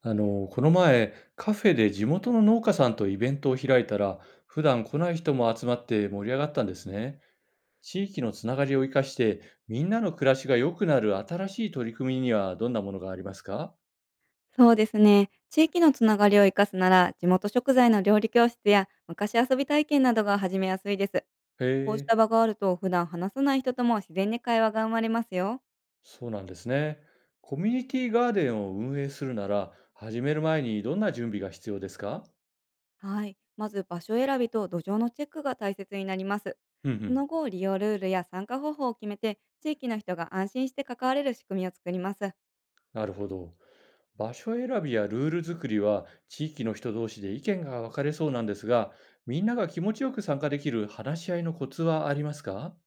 この前、カフェで地元の農家さんとイベントを開いたら、普段来ない人も集まって盛り上がったんですね。地域のつながりを生かして、みんなの暮らしが良くなる新しい取り組みにはどんなものがありますか？そうですね。地域のつながりを生かすなら、地元食材の料理教室や昔遊び体験などが始めやすいです。へこうしえ、た場があると、普段話さない人とも自然に会話が生まれますよ。そうなんですね。コミュニティガーデンを運営するなら、始める前にどんな準備が必要ですか？はい。まず場所選びと土壌のチェックが大切になります。うんうそん、の後、利用ルールや参加方法を決めて、地域の人が安心して関われる仕組みを作ります。なるほど。場所選びやルール作りは地域の人同士で意見が分かれそうなんですが、みんなが気持ちよく参加できる話し合いのコツはありますか？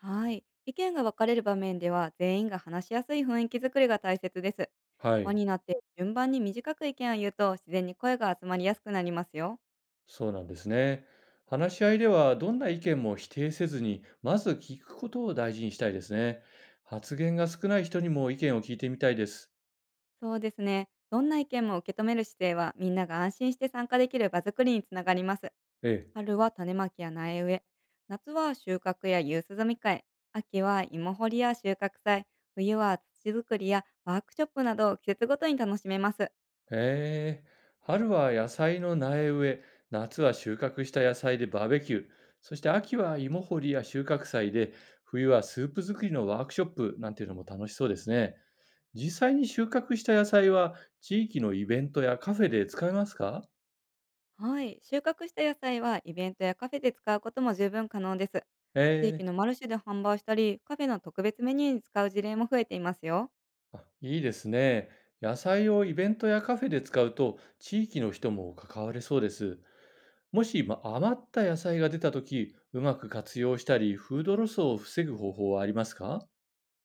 はい。意見が分かれる場面では、全員が話しやすい雰囲気作りが大切です。は輪い。になって順番に短く意見を言うと、自然に声が集まりやすくなりますよ。そうなんですね。話し合いではどんな意見も否定せずに、まず聞くことを大事にしたいですね。発言が少ない人にも意見を聞いてみたいです。そうですね。どんな意見も受け止める姿勢は、みんなが安心して参加できる場作りにつながります。ええ。春は種まきや苗植え、夏は収穫や夕涼み会、秋は芋掘りや収穫祭、冬は土作りやワークショップなどを季節ごとに楽しめます。へえ、春は野菜の苗植え、夏は収穫した野菜でバーベキュー、そして秋は芋掘りや収穫祭で、冬はスープ作りのワークショップなんていうのも楽しそうですね。実際に収穫した野菜は地域のイベントやカフェで使えますか？はい、収穫した野菜はイベントやカフェで使うことも十分可能です。え地域のえ、マルシェで販売したり、カフェの特別メニューに使う事例も増えていますよ。あいいですね。野菜をイベントやカフェで使うと地域の人も関われそうです。もしま余った野菜が出たとき、うまく活用したり、フードロスを防ぐ方法はありますか？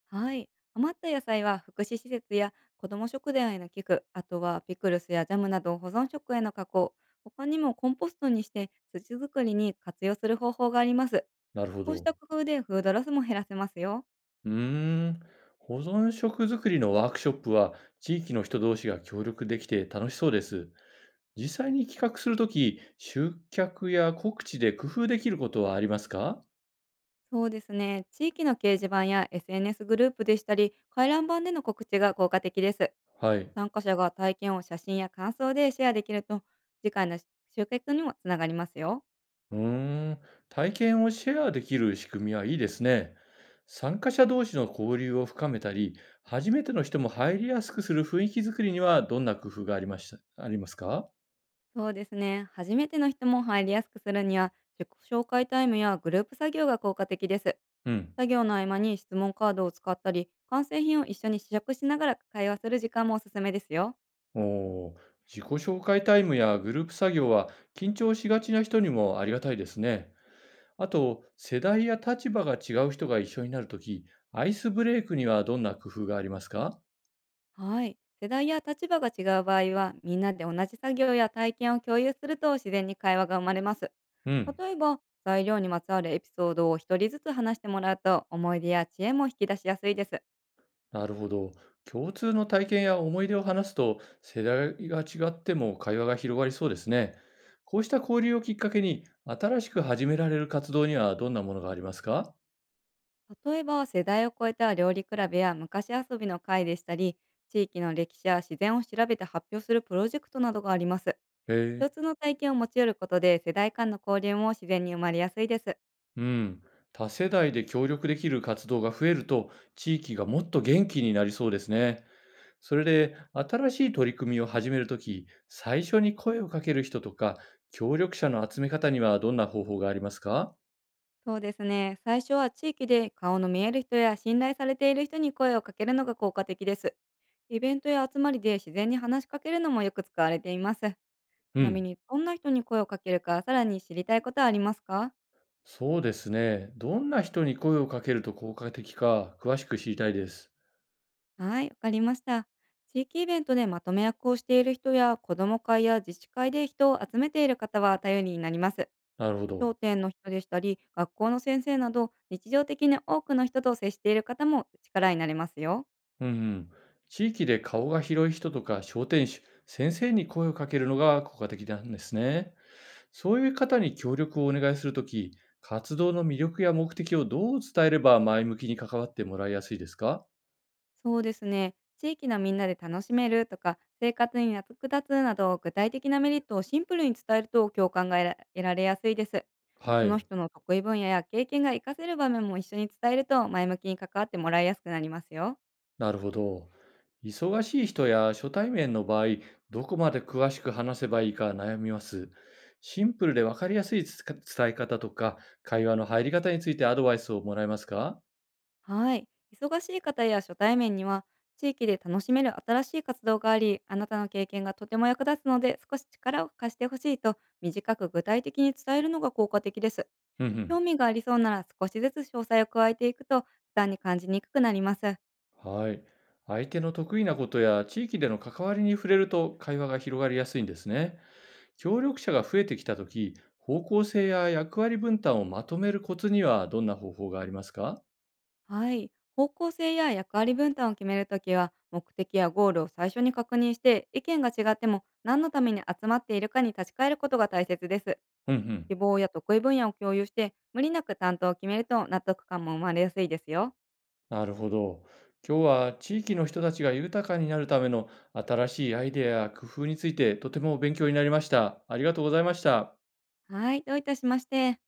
はい、余った野菜は福祉施設や子ども食堂への寄付、あとはピクルスやジャムなど保存食への加工、他にもコンポストにして土作りに活用する方法があります。なるほこうしど。た工夫でフードロスも減らせますよ。うーん。保存食作りのワークショップは、地域の人同士が協力できて楽しそうです。実際に企画するとき、集客や告知で工夫できることはありますか？そうですね、地域の掲示板や SNS グループでしたり、回覧板での告知が効果的です。はい。参加者が体験を写真や感想でシェアできると、次回の集客にもつながりますよ。うーん。体験をシェアできる仕組みはいいですね。参加者同士の交流を深めたり、初めての人も入りやすくする雰囲気作りにはどんな工夫がありました、ありますか？そうですね。初めての人も入りやすくするには、自己紹介タイムやグループ作業が効果的です。うん。作業の合間に質問カードを使ったり、完成品を一緒に試食しながら会話する時間もおすすめですよ。おー、自己紹介タイムやグループ作業は緊張しがちな人にもありがたいですね。あと、世代や立場が違う人が一緒になるとき、アイスブレイクにはどんな工夫がありますか？はい。世代や立場が違う場合は、みんなで同じ作業や体験を共有すると自然に会話が生まれます。うん、例えば、材料にまつわるエピソードを一人ずつ話してもらうと、思い出や知恵も引き出しやすいです。なるほど。共通の体験や思い出を話すと、世代が違っても会話が広がりそうですね。こうした交流をきっかけに、新しく始められる活動にはどんなものがありますか？例えば、世代を超えた料理比べや昔遊びの会でしたり、地域の歴史や自然を調べて発表するプロジェクトなどがあります。へ共通え。の体験を持ち寄ることで、世代間の交流も自然に生まれやすいです。うん。多世代で協力できる活動が増えると、地域がもっと元気になりそうですね。それで、新しい取り組みを始めるとき、最初に声をかける人とか、協力者の集め方にはどんな方法がありますか？そうですね。最初は地域で顔の見える人や信頼されている人に声をかけるのが効果的です。イベントや集まりで自然に話しかけるのもよく使われています。ちうなみん。に、どんな人に声をかけるか、さらに知りたいことはありますか？そうですね。どんな人に声をかけると効果的か、詳しく知りたいです。はい、わかりました。地域イベントでまとめ役をしている人や、子ども会や自治会で人を集めている方は頼りになります。なるほ商ど。店の人でしたり、学校の先生など、日常的に多くの人と接している方も力になれますよ。うんうん。地域で顔が広い人とか、商店主、先生に声をかけるのが効果的なんですね。そういう方に協力をお願いするとき、活動の魅力や目的をどう伝えれば前向きに関わってもらいやすいですか？そうですね。地域のみんなで楽しめるとか、生活に役立つなど、具体的なメリットをシンプルに伝えると共感が得られやすいです。そはのい、人の得意分野や経験が活かせる場面も一緒に伝えると、前向きに関わってもらいやすくなりますよ。なるほど。忙しい人や初対面の場合、どこまで詳しく話せばいいか悩みます。シンプルで分かりやすいつか伝え方とか、会話の入り方についてアドバイスをもらえますか？はい。忙しい方や初対面には、地域で楽しめる新しい活動があり、あなたの経験がとても役立つので、少し力を貸してほしいと、短く具体的に伝えるのが効果的です。う興ん味がありそうなら少しずつ詳細を加えていくと負担に感じにくくなります。うん。はい。相手の得意なことや地域での関わりに触れると会話が広がりやすいんですね。協力者が増えてきたとき、方向性や役割分担をまとめるコツにはどんな方法がありますか？はい。方向性や役割分担を決めるときは、目的やゴールを最初に確認して、意見が違っても何のために集まっているかに立ち返ることが大切です。うんうん。希望や得意分野を共有して、無理なく担当を決めると納得感も生まれやすいですよ。なるほど。今日は地域の人たちが豊かになるための新しいアイデアや工夫についてとても勉強になりました。ありがとうございました。はい。どういたしまして。